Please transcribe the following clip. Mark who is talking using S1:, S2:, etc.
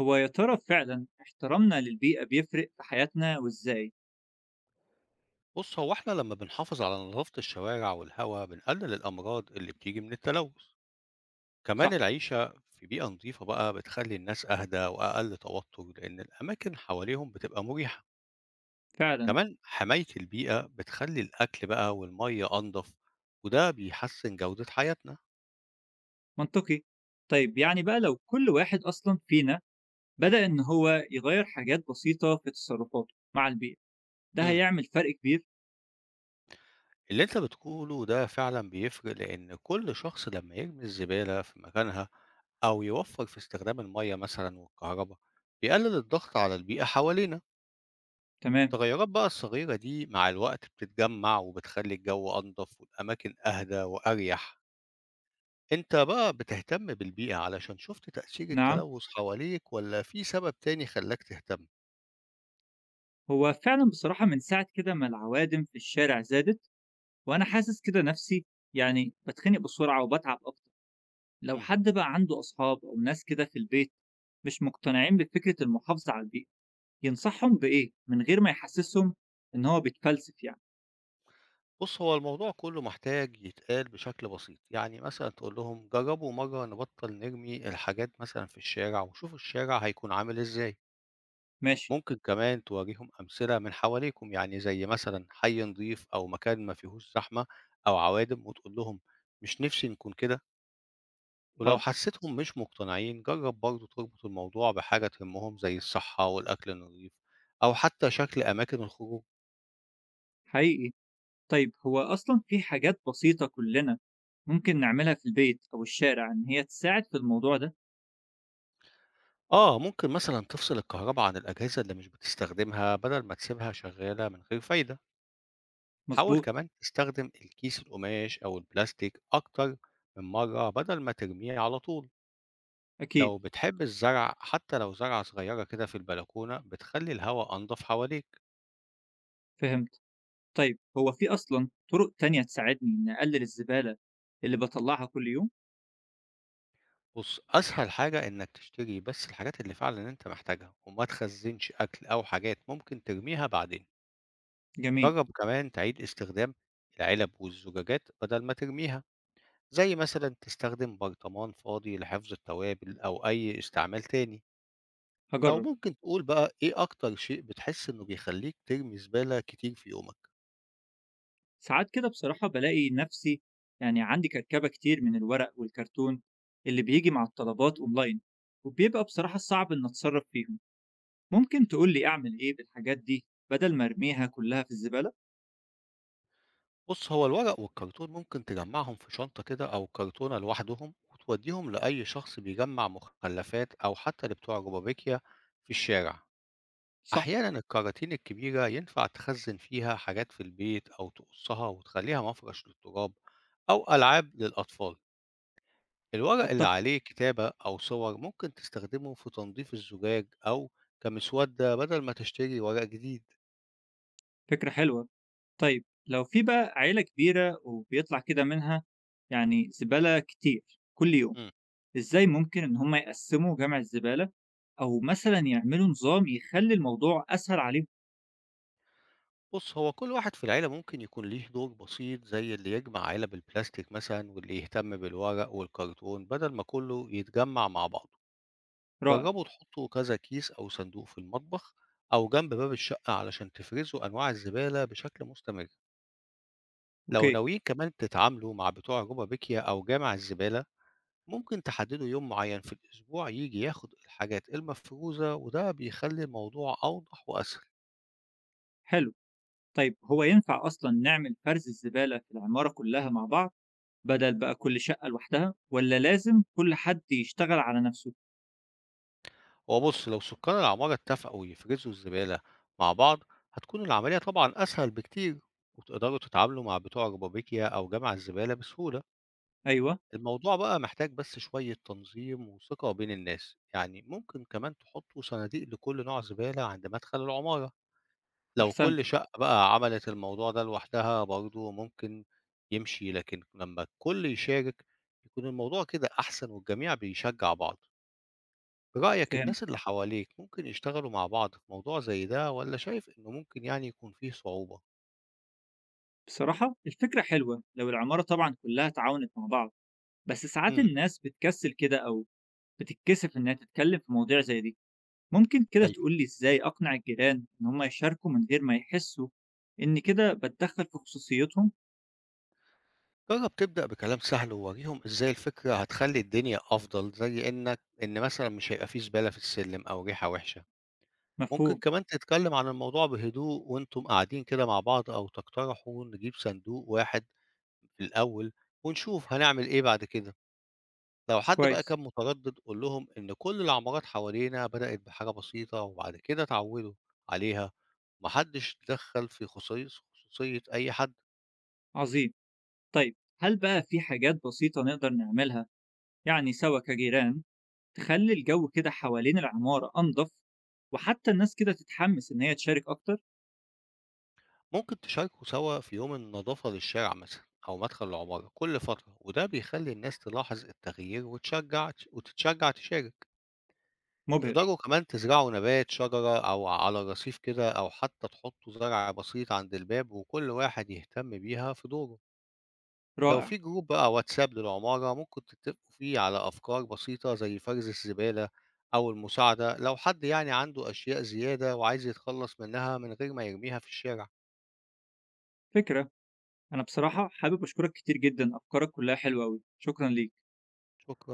S1: هو يا ترى فعلا احترامنا للبيئة بيفرق في حياتنا وإزاي؟
S2: بص، هو احنا لما بنحافظ على نظافة الشوارع والهواء بنقلل الأمراض اللي بتيجي من التلوث. كمان
S1: صح.
S2: العيشة في بيئة نظيفة بقى بتخلي الناس أهدى وأقل توتر، لأن الأماكن حواليهم بتبقى مريحة.
S1: فعلا.
S2: كمان حماية البيئة بتخلي الأكل بقى والمية أنظف، وده بيحسن جودة حياتنا.
S1: منطقي. طيب يعني بقى لو كل واحد أصلا فينا بدأ إن هو يغير حاجات بسيطة في تصرفاته مع البيئة، ده
S2: مم.
S1: هيعمل فرق كبير؟
S2: اللي انت بتقوله ده فعلا بيفرق، لأن كل شخص لما يرمي الزبالة في مكانها أو يوفر في استخدام المية مثلا والكهرباء بيقلل الضغط على البيئة حوالينا.
S1: تمام.
S2: التغيرات بقى الصغيرة دي مع الوقت بتتجمع وبتخلي الجو أنضف والأماكن أهدى وأريح. أنت بقى بتهتم بالبيئة علشان شفت تأثير
S1: نعم.
S2: التلوث حواليك، ولا في سبب تاني خلاك تهتم؟
S1: هو فعلا بصراحة من ساعة كده ما العوادم في الشارع زادت، وأنا حاسس كده نفسي يعني بتخنق بسرعة وبتعب أكتر. لو
S2: مم.
S1: حد بقى عنده أصحاب أو ناس كده في البيت مش مقتنعين بفكرة المحافظة على البيئة، ينصحهم بإيه من غير ما يحسسهم إن هو بيتفلسف يعني؟
S2: بص، هو الموضوع كله محتاج يتقال بشكل بسيط، يعني مثلا تقول لهم جربوا مرة نبطل نرمي الحاجات مثلا في الشارع وشوفوا الشارع هيكون عامل إزاي.
S1: ماشي،
S2: ممكن كمان تواجههم أمثلة من حواليكم، يعني زي مثلا حي نضيف أو مكان ما فيهوش زحمة أو عوادم، وتقول لهم مش نفسي نكون كده. ولو
S1: حاضر،
S2: حسيتهم مش مقتنعين، جرب برضه تربط الموضوع بحاجة تهمهم زي الصحة والأكل النظيف، أو حتى شكل أماكن الخروج.
S1: حقيقي. طيب هو أصلًا في حاجات بسيطة كلنا ممكن نعملها في البيت أو الشارع إن هي تساعد في الموضوع ده؟
S2: آه، ممكن مثلا تفصل الكهرباء عن الأجهزة اللي مش بتستخدمها بدل ما تسيبها شغالة من غير فايدة. حاول
S1: مضبوط،
S2: كمان تستخدم الكيس القماش أو البلاستيك أكتر من مرة بدل ما ترميه على طول.
S1: أكيد،
S2: لو بتحب الزرع، حتى لو زرعة صغيرة كده في البلكونة، بتخلي الهواء أنضف حواليك.
S1: فهمت. طيب هو في أصلًا طرق تانية تساعدني إني أقلل الزبالة اللي باطلعها كل يوم؟
S2: بص، أسهل حاجة إنك تشتري بس الحاجات اللي فعلا أنت محتاجها، وما تخزنش أكل أو حاجات ممكن ترميها بعدين.
S1: جميل،
S2: جرب كمان تعيد استخدام العلب والزجاجات بدل ما ترميها، زي مثلا تستخدم برطمان فاضي لحفظ التوابل أو أي استعمال تاني. لو
S1: هاجرب.
S2: ممكن تقول بقى إيه أكتر شيء بتحس إنه بيخليك ترمي زبالة كتير في يومك؟
S1: ساعات كده بصراحة بالاقي نفسي يعني عندي كركبة كتير من الورق والكرتون اللي بيجي مع الطلبات أونلاين، وبيبقى بصراحة صعب إن أتصرف فيهم. ممكن تقول لي أعمل إيه بالحاجات دي بدل ما أرميها كلها في الزبالة؟
S2: بُص، هو الورق والكرتون ممكن تجمّعهم في شنطة كده أو كرتونة لوحدهم وتودّيهم لأي شخص بيجمّع مخلفات أو حتى لبتوع الروبابيكيا في الشارع.
S1: صح.
S2: أحيانًا الكراتين الكبيرة ينفع تخزّن فيها حاجات في البيت، أو تقصّها وتخلّيها مفرش للتراب أو ألعاب للأطفال. الورق اللي
S1: أتفق.
S2: عليه كتابة أو صور ممكن تستخدمه في تنضيف الزجاج، أو كمسودة بدل ما تشتري ورق جديد.
S1: فكرة حلوة. طيب لو في بقى عيلة كبيرة وبيطلع كده منها يعني زبالة كتير كل يوم،
S2: إمم.
S1: إزاي ممكن إن هم يقسموا جمع الزبالة أو مثلا يعملوا نظام يخلي الموضوع أسهل عليهم؟
S2: بُص، هو كل واحد في العيلة ممكن يكون ليه دور بسيط، زي اللي يجمع علب البلاستيك مثلًا واللي يهتم بالورق والكرتون، بدل ما كله يتجمّع مع بعضه.
S1: رائع.
S2: جرّبوا تحطوا كذا كيس أو صندوق في المطبخ أو جنب باب الشقة علشان تفرزوا أنواع الزبالة بشكل مستمر. لو
S1: أوكي.
S2: ناويين كمان تتعاملوا مع بتوع روبابيكيا أو جامع الزبالة، ممكن تحددوا يوم معين في الأسبوع ييجي ياخد الحاجات المفروزة، وده بيخلي الموضوع أوضح وأسهل.
S1: حلو. طيب هو ينفع أصلا نعمل فرز الزبالة في العمارة كلها مع بعض بدل بقى كل شقة لوحدها، ولا لازم كل حد يشتغل على نفسه؟
S2: هو بُص، لو سكان العمارة اتفقوا يفرزوا الزبالة مع بعض، هتكون العملية طبعًا أسهل بكتير، وتقدروا تتعاملوا مع بتوع ربابيكيا أو جمع الزبالة بسهولة.
S1: أيوه.
S2: الموضوع بقى محتاج بس شوية تنظيم وثقة بين الناس، يعني ممكن كمان تحطوا صناديق لكل نوع زبالة عند مدخل العمارة. لو
S1: أحسنت.
S2: كل شقة بقى عملت الموضوع ده لوحدها برضه ممكن يمشي، لكن لما الكل يشارك يكون الموضوع كده أحسن، والجميع بيشجع بعض. برأيك الناس
S1: فهمت.
S2: اللي حواليك ممكن يشتغلوا مع بعض في موضوع زي ده، والّا شايف إنه ممكن يعني يكون فيه صعوبة؟
S1: بصراحة الفكرة حلوة لو العمارة طبعا كلها تعاونت مع بعض، بس ساعات
S2: إمم،
S1: الناس بتكسل كده أو بتتكسف إنها تتكلم في مواضيع زي دي. ممكن كده
S2: أيوه،
S1: تقولي إزاي أقنع الجيران إن هم يشاركوا من غير ما يحسوا إن كده بتدخل في خصوصيتهم؟
S2: جرّب تبدأ بكلام سهل وورّيهم إزاي الفكرة هتخلّي الدنيا أفضل، زي إنك إن مثلًا مش هيبقى في زبالة في السلِّم أو ريحة وِحشة. ممكن
S1: مفهوم.
S2: كمان تتكلّم عن الموضوع بهدوء وأنتم قاعدين كده مع بعض، أو تقترحوا نجيب صندوق واحد في الأول ونشوف هنعمل إيه بعد كده. لو حد بقى
S1: كويس.
S2: كان متردد، قُل لهم إن كل العمارات حوالينا بدأت بحاجة بسيطة وبعد كده اتعودوا عليها، ما حدش اتدخّل في خصيص خصوصية أي حد.
S1: عظيم. طيب هل بقى في حاجات بسيطة نقدر نعملها يعني سوا كجيران تخلي الجو كده حوالين العمارة أنظف، وحتى الناس كده تتحمس إن هي تشارك أكتر؟
S2: ممكن تشاركوا سوا في يوم النضافة للشارع مثلًا أو مدخل العمارة كل فترة، وده بيخلّي الناس تلاحظ التغيير وتشجع وتتشجع تشارك.
S1: مبهر.
S2: تقدروا كمان تزرعوا نبات شجرة أو على رصيف كده، أو حتى تحطوا زرع بسيط عند الباب وكل واحد يهتم بيها في دوره. لو
S1: رائع.
S2: في جروب بقى واتساب للعمارة، ممكن تتفقوا فيه على أفكار بسيطة زي فرز الزبالة، أو المساعدة لو حد يعني عنده أشياء زيادة وعايز يتخلص منها من غير ما يرميها في الشارع.
S1: فكرة. أنا بصراحة حابب أشكرك كتير جدًا، أفكارك كلها حلوة أوي، شكرًا ليك.
S2: شكرا